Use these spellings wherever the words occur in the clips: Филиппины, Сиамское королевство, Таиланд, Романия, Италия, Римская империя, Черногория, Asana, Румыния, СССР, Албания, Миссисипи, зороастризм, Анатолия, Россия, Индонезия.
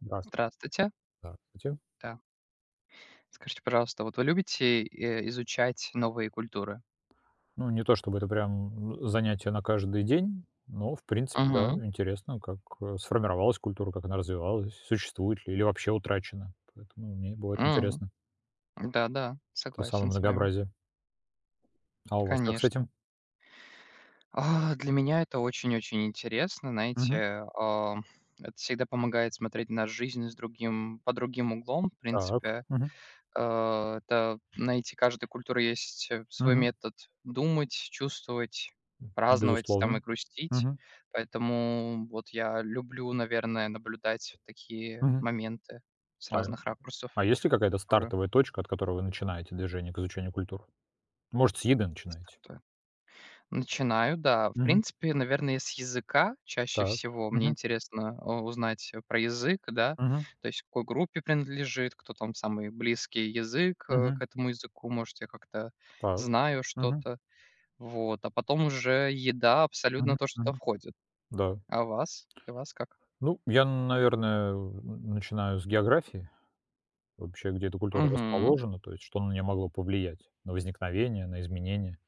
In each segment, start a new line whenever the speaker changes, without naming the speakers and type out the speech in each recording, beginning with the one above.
Здравствуйте.
Здравствуйте.
Здравствуйте.
Да. Скажите, пожалуйста, вот вы любите, изучать новые культуры?
Ну, не то чтобы это прям занятие на каждый день, но, в принципе,
Угу.
да, интересно, как сформировалась культура, как она развивалась, существует ли или вообще утрачена. Поэтому мне бывает интересно.
Да-да,
То самое
согласен с вами.
многообразие. А у вас как с этим?
Конечно. А, для меня это очень-очень интересно.
Мгм.
Знаете, это всегда помогает смотреть на жизнь с другим по другим углом, в
Так.
принципе.
Мгм.
Это найти каждой культуры есть, свой
Мгм.
метод думать, чувствовать, праздновать там и
Безусловно.
грустить.
Мгм.
Поэтому вот я люблю, наверное, наблюдать такие
Мгм.
моменты с
А,
разных ракурсов
а есть ли какая-то
культуры.
стартовая точка, от которой вы начинаете движение к изучению культур? Может, с еды начинаете?
Статуя. Начинаю, да. В
Мгм.
принципе, наверное, с языка чаще
Так.
всего. Мне
Мгм.
интересно, узнать, про язык, да,
Мгм.
то есть к какой группе принадлежит, кто там самый близкий язык, к
Мгм.
этому языку. Может, я как-то
Так.
знаю
Мгм.
что-то. Вот, а потом уже еда
Мгм.
абсолютно то, что туда
Мгм.
входит.
Да.
А вас? Для вас как?
Ну, я, наверное, начинаю с географии. Вообще, где эта культура
Мгм.
расположена, то есть что на нее могло повлиять, на возникновение, на изменения.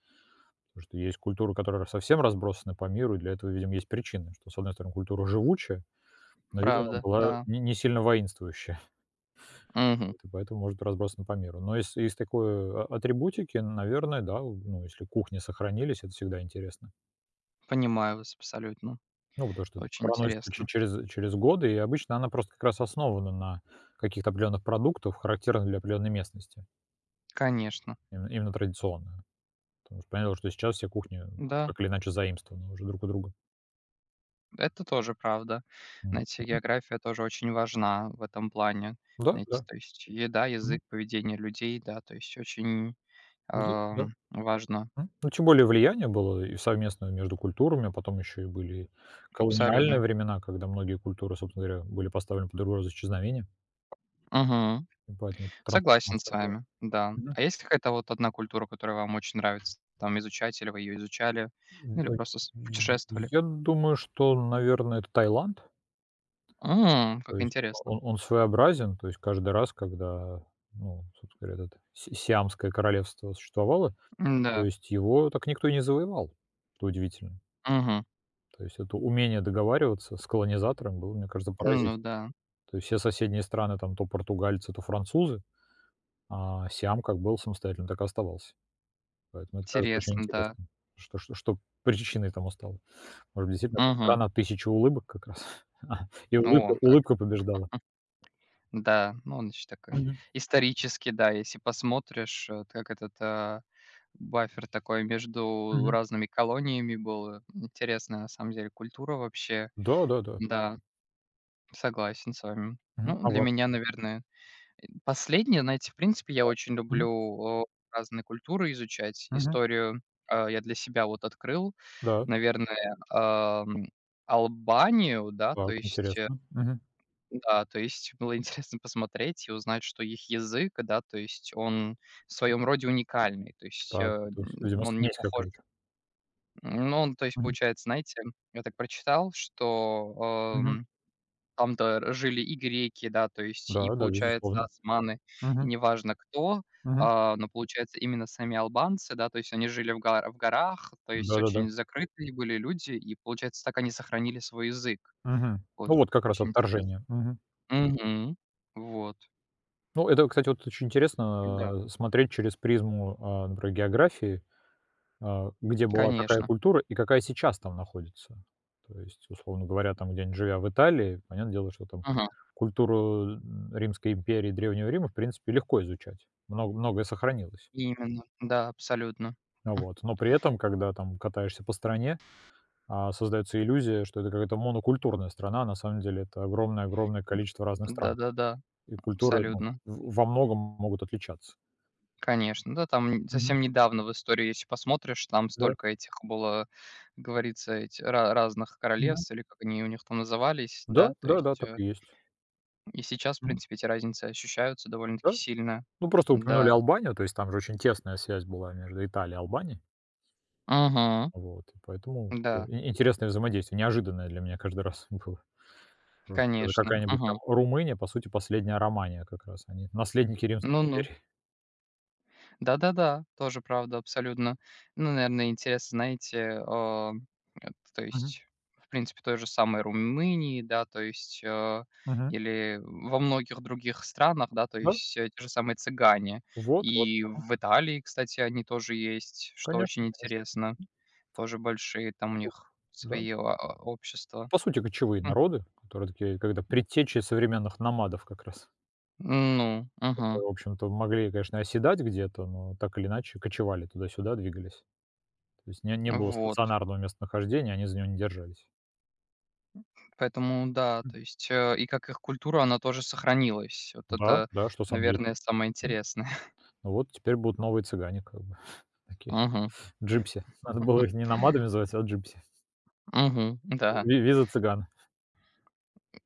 Потому что есть культуры, которые совсем разбросаны по миру, и для этого, видимо, есть причины, что, с одной стороны, культура живучая, но, видимо,
Правда,
была
да.
не сильно воинствующая,
Мгм.
и поэтому может быть разбросана по миру. Но из такой атрибутики, наверное, да, ну, если кухни сохранились, это всегда интересно.
Понимаю вас абсолютно.
Ну, потому что это
Очень
проносится че
интересно.
через через годы, и обычно она просто как раз основана на каких-то определенных продуктах, характерных для определенной местности,
Конечно.
именно традиционно. Потому что понятно, что сейчас все кухни
Да,
так или иначе заимствованы уже друг у друга.
это тоже правда.
М.
Знаете,
Мгм.
география тоже очень важна в этом плане.
Да,
Знаете,
да.
то есть еда,
Мгм.
язык, поведение людей, да, то есть очень,
Да, да.
важно.
М. Ну, тем более влияние было и совместное между культурами, а потом еще и были колониальные
Абсолютно.
времена, когда многие культуры, собственно говоря, были поставлены под угрозу исчезновения,
Мгм.
и поэтому
Согласен с
трансформация была.
вами, да. А есть какая-то вот одна культура, которая вам очень нравится? Там изучать или вы её изучали, ну или
м
просто с путешествовали?
я думаю, что, наверное, это Таиланд.
М,
То
как
есть
интересно.
он своеобразен. То есть каждый раз, когда, ну, собственно говоря, этот Си Сиамское королевство существовало, то
Да.
есть его так никто и не завоевал, это удивительно.
Мгм.
То есть это умение договариваться с колонизатором было, мне кажется,
Ну
поразительно.
да,
То есть все соседние страны там то португальцы, то французы, а Сиам как был самостоятельным, так и оставался. Поэтому это кажется очень
интересно, да.
интересным, что причиной тому стало. Может, быть, действительно, это
Мгм.
страна тысячи улыбок как раз, и улыбка
О, как.
улыбка побеждала.
Да, ну он еще такой
Мгм,
исторический, да, если посмотришь, как этот, Баффер такой между
мгм.
разными колониями был. Интересная на самом деле культура вообще.
Да, да, да.
Да, согласен с вами.
Мгм.
Ну,
А
для
вам?
меня, наверное, последнее, знаете, в принципе, я очень
Мгм,
люблю, разные культуры изучать.
мгм.
Историю, я для себя вот открыл,
Да,
наверное, Албанию, да, то
так,
есть,
интересно. Мгм.
да, то есть было интересно посмотреть и узнать, что их язык, да, то есть он в своем роде уникальный, то есть, э,
Так, это с
н
видимо,
он не
смесь
похож.
какая-то.
Ну, он, то есть,
Мгм,
получается, знаете, я так прочитал, что,
мгм.
там-то жили и греки, да, то есть и,
Да, да,
получается,
безусловно.
османы, и
Мгм,
неважно кто,
мгм.
но, получается, именно сами албанцы, да, то есть они жили в горах, то есть
Да-да-да.
очень закрытые были люди, и, получается, так они сохранили свой язык.
Мгм. Ну,
Оч
вот как раз
очень интересно.
отторжение. Мгм.
Мгм. Вот.
Ну, это, кстати, вот очень
Да.
интересно, смотреть через призму, например, географии. А, где была какая
Конечно.
культура и какая сейчас там находится. То есть, условно говоря, там где-нибудь живя в Италии, понятное дело, что там
Мгм.
культуру Римской империи, Древнего Рима, в принципе, легко изучать. Многое сохранилось.
Именно. Да, абсолютно.
Ну,
М.
вот. Но при этом, когда там катаешься по стране, создается иллюзия, что это какая-то монокультурная страна, а на самом деле это огромное-огромное количество разных стран.
Да-да-да,
И культуры ну,
абсолютно.
во многом могут отличаться.
Конечно, да, там
Мгм.
совсем недавно в истории, если посмотришь, там
Да.
столько этих было, как говорится, эти ра разных
Да.
королевств, или как они у них там назывались,
Да,
да. То
да, да,
есть,
так и есть.
и сейчас, в
Мгм.
принципе, эти разницы ощущаются довольно-таки
Да,
сильно.
ну, просто упомянули
Да.
Албанию, то есть там же очень тесная связь была между Италией и Албанией.
Мгм.
Вот, и поэтому вот
Да,
такое и интересное взаимодействие, неожиданное для меня каждый раз было. Просто это
конечно.
какая-нибудь там
Мгм.
Румыния, по сути, последняя Романия как раз. Они наследники Римской
Ну-ну.
империи.
Да-да-да, тоже правда, абсолютно. Ну, наверное, интересно, знаете, э, то
Мгм.
есть, в принципе, той же самой Румынии, да, то есть,
Мгм.
или во многих других странах, да, то
Да,
есть те же самые цыгане.
вот, вот.
И в Италии, кстати, они тоже есть, что
Конечно,
очень
конечно.
интересно. Тоже большие там у
Вот.
них
Да.
свои общества.
По сути, кочевые
М,
народы, которые такие, когда предтечи современных номадов как раз.
ну,
Это,
угу,
в общем-то, могли, конечно, оседать где-то, но так или иначе кочевали туда-сюда, двигались. То есть не было
вот.
стационарного местонахождения, они за него не держались.
Поэтому да,
М.
то есть, и как их культура, она тоже сохранилась. Вот
Да,
это,
да, что сам деле.
наверное, самое
М.
интересное.
Ну вот теперь будут новые цыгане как бы такие,
Угу,
джипси. Надо было их не номадами звать, а джипси.
угу, да.
Ви виза цыган.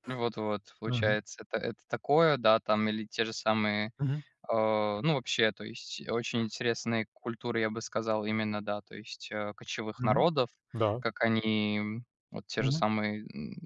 Вот-вот,
Мгм.
получается, это такое, да, там или те же самые, э,
Мгм.
ну, вообще, то есть очень интересные культуры, я бы сказал, именно, да, то есть, кочевых
Мгм.
народов,
Да.
как они, вот те же
Мгм.
самые,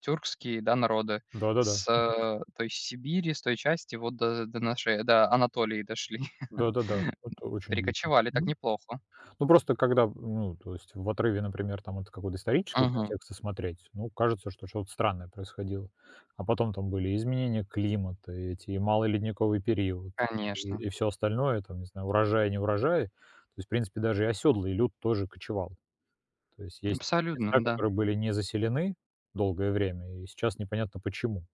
тюркские, да, народы
Да-да-да.
с, то есть Сибири, с той части вот до нашей, до Анатолии дошли.
Да-да-да. Это очень удивительно.
Перекочевали так неплохо.
Ну, просто когда, ну, то есть в отрыве, например, там от какого-то исторического
Мгм.
контекста смотреть, ну, кажется, что что-то странное происходило. А потом там были изменения климата, и эти, и малый ледниковый период,
Конечно.
и, все остальное, там, не знаю, урожай, не урожай. То есть, в принципе, даже и оседлый люд тоже кочевал. То есть есть
Абсолютно,
места,
да.
которые были не заселены долгое время, и сейчас непонятно почему.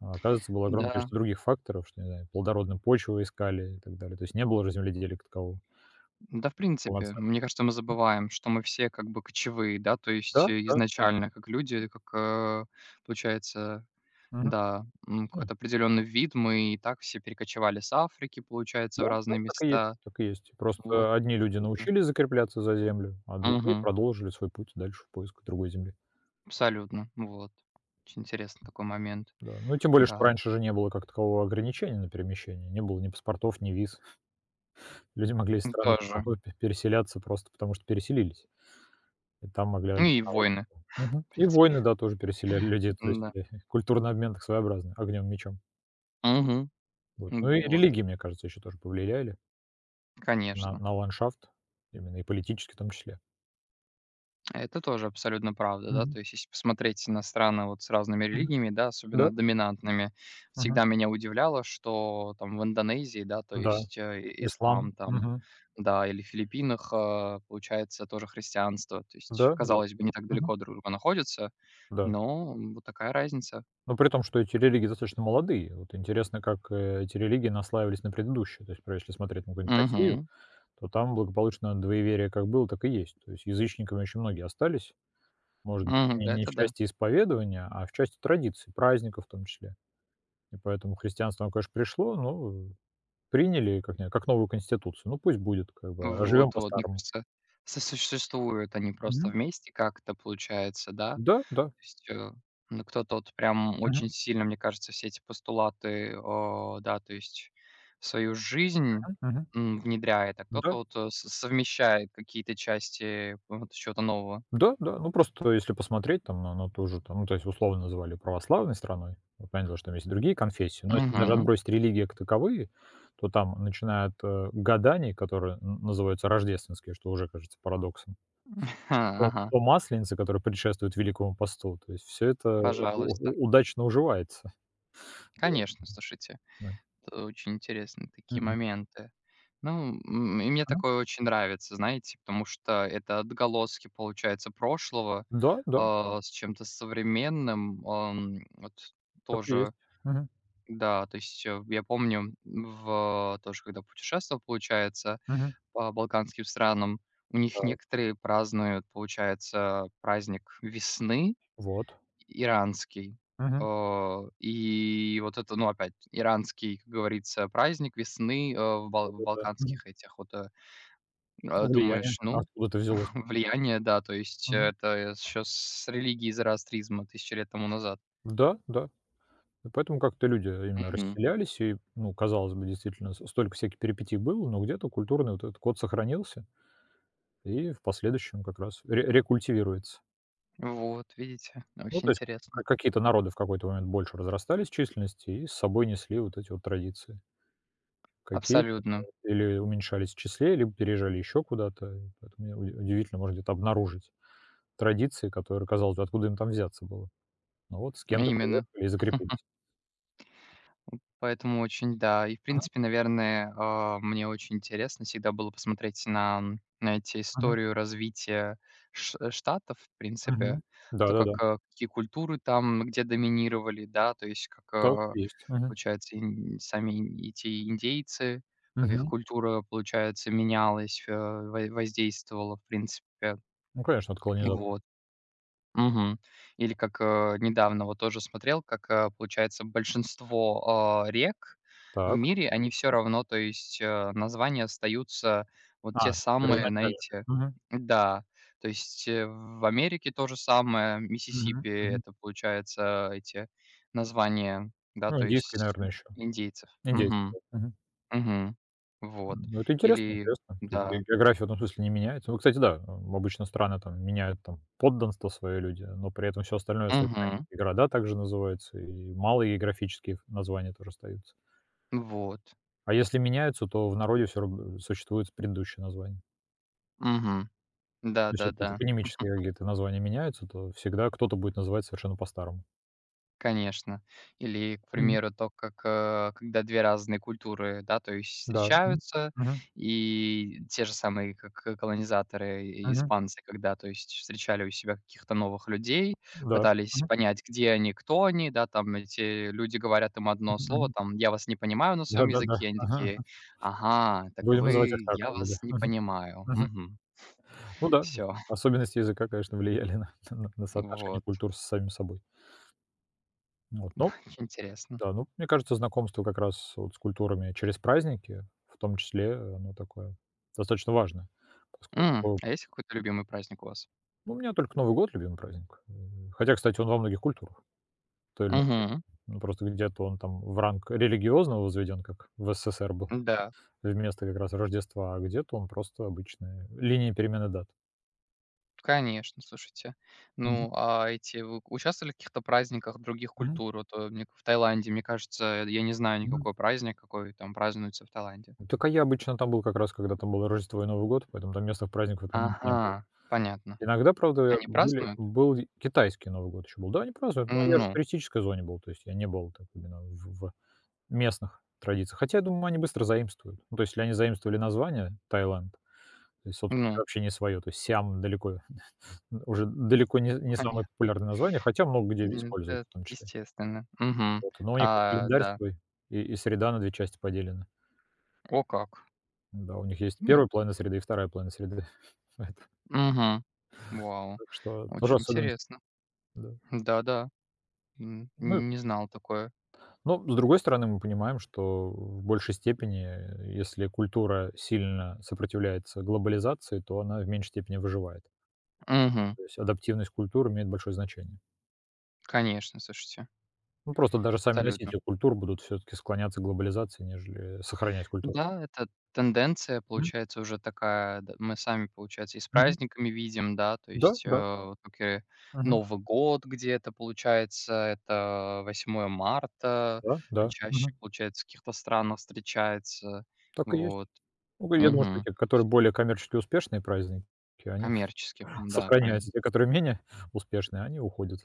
А оказывается, было огромное
Да.
количество других факторов, что, не знаю, плодородную почву искали и так далее. То есть не было же земледелия как такового
Да, в принципе,
полноценного.
мне кажется, мы забываем, что мы все как бы кочевые, да, то
Да,
есть,
да.
изначально как люди, как, получается,
Мгм.
да, какой-то определенный вид. Мы и так все перекочевали с Африки, получается,
Да,
в
да,
разные
так и есть,
места.
так и есть.
Вот.
Просто одни люди
Что-то.
научились закрепляться за землю, а другие
Мгм.
продолжили свой путь дальше в поиск другой земли.
Абсолютно. Вот. Очень интересный такой момент.
Да. Ну, тем более, что
Да.
раньше же не было как такового ограничения на перемещение. Не было ни паспортов, ни виз. Люди могли из
Ну,
страны в
тоже.
страну переселяться просто потому, что переселились. И там могли
Ну и
обосноваться.
войны,
Мгм.
в
И
принципе.
войны, да, тоже переселяли людей
Да.
туда-сюда. Культурный обмен так своеобразный, огнем, мечом.
Мгм.
Вот. Ну и
Вот.
религии, мне кажется, еще тоже повлияли на,
Конечно.
на ландшафт, именно и политически в том числе.
Это тоже абсолютно правда, да.
Мгм.
То есть, если посмотреть на страны вот с разными
Мгм.
религиями, да,
Да.
особенно доминантными,
Мгм.
всегда меня удивляло, что там в Индонезии, да, то
Да.
есть
Ислам.
ислам там,
Мгм.
да, или в Филиппинах, получается, тоже христианство. То есть,
Да, да.
казалось бы, не так
Мгм.
далеко друг от друга находятся,
Да.
но вот такая разница.
Но при том, что эти религии достаточно молодые. Вот интересно, как, эти религии наслаивались на предыдущие. То есть, например, если смотреть на какую-нибудь Россию,
Угу,
то там благополучно двоеверие как было, так и есть. То есть язычниками очень многие остались. Может быть, не
да,
не в
это да.
части исповедования, а в части традиций, праздников в том числе. И поэтому христианство, оно, конечно, пришло, но приняли как не как новую конституцию. Ну, пусть будет, как бы, а живем
Вот, вот, мне
по-старому.
кажется, сосуществуют они просто
Мгм.
вместе как-то, получается, да.
Да,
То
да.
есть, ну, кто-то вот прям
Мгм,
очень сильно, мне кажется, все эти постулаты, да, то есть в свою жизнь,
мгм.
внедряет, а кто-то
Да.
вот, с совмещает какие-то части вот чего-то нового.
Да, да, ну просто если посмотреть, там она тоже там, ну, то есть условно называли православной страной. Я понятно, что там есть и другие конфессии, но если даже
Мгм.
отбросить религии как таковые, то там, начинают от, гаданий, которые н называются рождественские, что уже кажется парадоксом, то
Ага,
до масленицы, которые предшествуют Великому посту. То есть все это
пожалуйста.
у удачно уживается. Вот,
Конечно, слушайте,
да.
это очень интересные такие
Мгм.
моменты. Ну, и мне
Мгм.
такое очень нравится, знаете, потому что это отголоски, получается, прошлого,
Да, да,
с чем-то современным. Ам, вот
так и есть.
тоже.
Мгм.
Да, то есть, я помню, в тоже когда путешествовал, получается,
Мгм.
по балканским странам, у них
Так,
некоторые празднуют, получается, праздник весны
вот.
иранский.
Мгм.
И вот это, ну, опять иранский, как говорится, праздник весны, э, в
Да,
бал в
да. Мгм.
балканских этих вот,
Ну, влияние
думаешь, ну,
откуда это взялось.
влияние, да, то есть
Мгм.
это еще с религии зороастризма тысячи лет тому назад.
Да, да. И поэтому как-то люди именно
Мгм.
расселялись, и, ну, казалось бы, действительно, столько всяких перипетий было, но где-то культурный вот этот код сохранился и в последующем как раз рекультивируется.
Вот видите,
Ну,
очень
то есть
интересно.
какие-то народы в какой-то момент больше разрастались в численности и с собой несли вот эти вот традиции. Какие-то
Абсолютно.
да, или уменьшались в числе, либо переезжали еще куда-то. И поэтому я удивительно, может где-то обнаружить традиции, которые, казалось бы, откуда им там взяться было. Но вот с кем-то
Именно.
приехали и закрепились.
Поэтому очень, да. И, в принципе, наверное, мне очень интересно всегда было посмотреть на, знаете,
Мгм, мгм,
историю развития Штатов, в принципе,
мгм.
то,
Да-да-да,
как, какие культуры там, где доминировали, да, то есть, как,
так и есть. Мгм.
получается, сами эти индейцы, как их
Мгм.
культура, получается, менялась, воздействовала, в принципе,
Ну, конечно, от колонизаторов.
вот. Мгм. Или как, недавно вот тоже смотрел, как, получается, большинство, рек в
Так.
мире, они все равно, то есть, названия остаются вот те
А,
самые, мгм,
первоначально.
знаете.
Мгм.
Да, то есть, в Америке то же самое,
Мгм.
Миссисипи-
Мгм.
это, получается, эти названия, да,
Ну,
то
индийский,
есть
наверное, еще.
индейцев.
Индейский,
Мгм,
да. Мгм.
мгм. Вот.
Ну, это интересно,
Или
интересно. То есть ге
да.
география в этом смысле не меняется. Ну, кстати, да, обычно страны там меняют там подданство свои люди, но при этом все остальное остается на месте.
Мгм.
И города также называются, и малые географические названия тоже остаются.
Вот.
А если меняются, то в народе все равно существует предыдущие названия.
Мгм.
То есть это
Да-да-да.
топонимические какие-то названия меняются, то всегда кто-то будет называть совершенно по-старому.
Конечно. Или, к
Мгм.
примеру, то, как, когда 2 разные культуры, да, то есть
Да. Мгм.
встречаются,
Мгм.
и те же самые, как колонизаторы и
Мгм.
испанцы, когда, то есть, встречали у себя каких-то новых людей,
Да.
пытались
Мгм.
понять, где они, кто они, да, там эти люди говорят им одно
Мгм,
слово,
мгм.
там: "Я вас не понимаю" на своем
Да-да-да.
языке. Они
Ага, ага.
такие: "Ага, так
Будем называть их
вы
так,
я
как бы, да.
вас не
Мгм,
понимаю".
мгм. Ну да,
Все.
особенности языка, конечно, влияли на соотношение
Вот.
культур с самим собой. Вот, ну
Интересно.
да, ну, мне кажется, знакомство как раз вот с культурами через праздники, в том числе, оно такое достаточно важное,
М,
поскольку,
а есть какой-то любимый праздник у вас?
ну, у меня только Новый год — любимый праздник. Хотя, кстати, он во многих культурах в той или иной степени.
Мгм.
Ну, просто где-то он там в ранг религиозного возведен, как в СССР был.
Да.
Вместо как раз Рождества, а где-то он просто обычная линия перемены дат.
Конечно, слушайте.
Мгм.
Ну, а эти вы участвовали в каких-то праздниках других
Мгм.
культур? Вот, мне в Таиланде, мне кажется, я не знаю
Мгм.
никакой праздник, какой там празднуется в Таиланде.
Так, а я обычно там был как раз, когда там было Рождество и Новый год, поэтому там местных праздников в этот момент не было.
Ага, понятно.
Иногда, правда,
Они
были
празднуют?
был и китайский Новый год еще был. Да, они празднуют, но я же в
Ну,
туристической зоне был, то есть я не был так именно в местных традициях. Хотя, я думаю, они быстро заимствуют. Ну, то есть, если они заимствовали название Таиланд, то есть, собственно
ну,
говоря, вообще не свое, то есть Сиам далеко уже далеко не самое
понятно.
популярное название, хотя много где
Нет,
используют
это
в том числе.
естественно. Мгм.
Вот, но у них и
А,
календарь
да.
свой, и среда на 2 части поделена.
О как.
Да, у них есть
М,
первая половина среды и вторая половина среды. Поэтому
мгм. Вау,
так что тоже
очень
особенность,
интересно.
да.
Да-да,
Ну,
не знал такое.
но с другой стороны, мы понимаем, что в большей степени, если культура сильно сопротивляется глобализации, то она в меньшей степени выживает.
Мгм.
То есть адаптивность культур имеет большое значение.
Конечно, слушайте,
Ну, просто даже сами
абсолютно.
носители культур будут все таки склоняться к глобализации, нежели сохранять культуру.
Да, это тенденция,
Мгм,
получается, уже такая, д мы сами, получается, и с
мгм.
праздниками видим, да, то
Да,
есть,
да.
вот как и
Мгм.
Новый год где-то, получается, это 8 марта
Да, да. Мгм.
чаще, получается, в каких-то странах встречается.
Так и есть.
Вот.
Ну, я думаю, что
Угу.
те, которые более коммерчески успешные праздники, они
Коммерчески. М-да, правильно.
сохраняются. Те, которые менее успешные, они уходят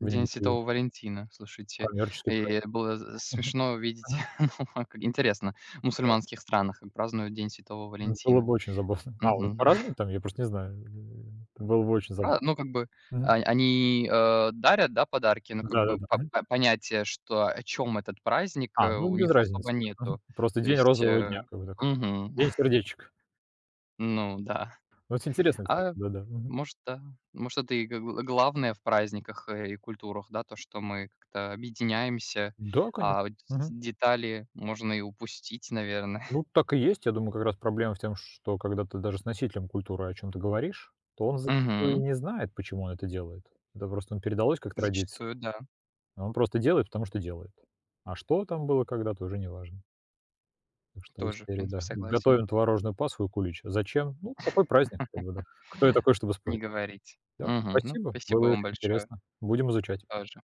в
День
небытие.
Святого Валентина, слушайте.
Коммерческий праздник.
И было з смешно видеть,
Мгм.
ну, как интересно, в
Да.
мусульманских странах, как празднуют День Святого
Ну, было
Валентина.
бы очень забавно. А, вот
Мгм.
по-разному там? Я просто не знаю. Было бы очень забавно.
А, ну, как бы,
Мгм.
они, дарят, да, подарки, но, как бы,
Да-да-да.
по
Мгм.
по понятия, что о чем этот праздник,
А, ну,
у
без
них
разницы.
особо
Мгм.
нету.
Просто
То
день
есть,
розового дня, как бы так.
мгм,
День сердечек.
ну да.
Ну, вот интересно, кстати,
А,
да-да. Мгм.
может, да, может, это и г г главное в праздниках, и культурах, да, то, что мы как-то объединяемся,
Да,
а
конечно.
вот
Мгм.
детали можно и упустить, наверное.
Ну, так и есть. Я думаю, как раз проблема в том, что когда ты даже с носителем культуры о чем то говоришь, то он зачастую и
Мгм.
не знает, почему он это делает. Это просто ему передалось как традиция.
Зачастую, да,
А он просто делает, потому что делает. А что там было когда-то, уже не важно. Так что из
тоже, в
серии,
принципе,
да:
согласен.
«Готовим творожную пасху и кулич». Зачем? Ну, такой праздник, как бы, да. Кто я такой, чтобы
Не
спорить?
говорить.
Да,
Мгм. Ну,
спасибо,
спасибо
было
вам
очень
большое
интересно. Будем изучать.
тоже.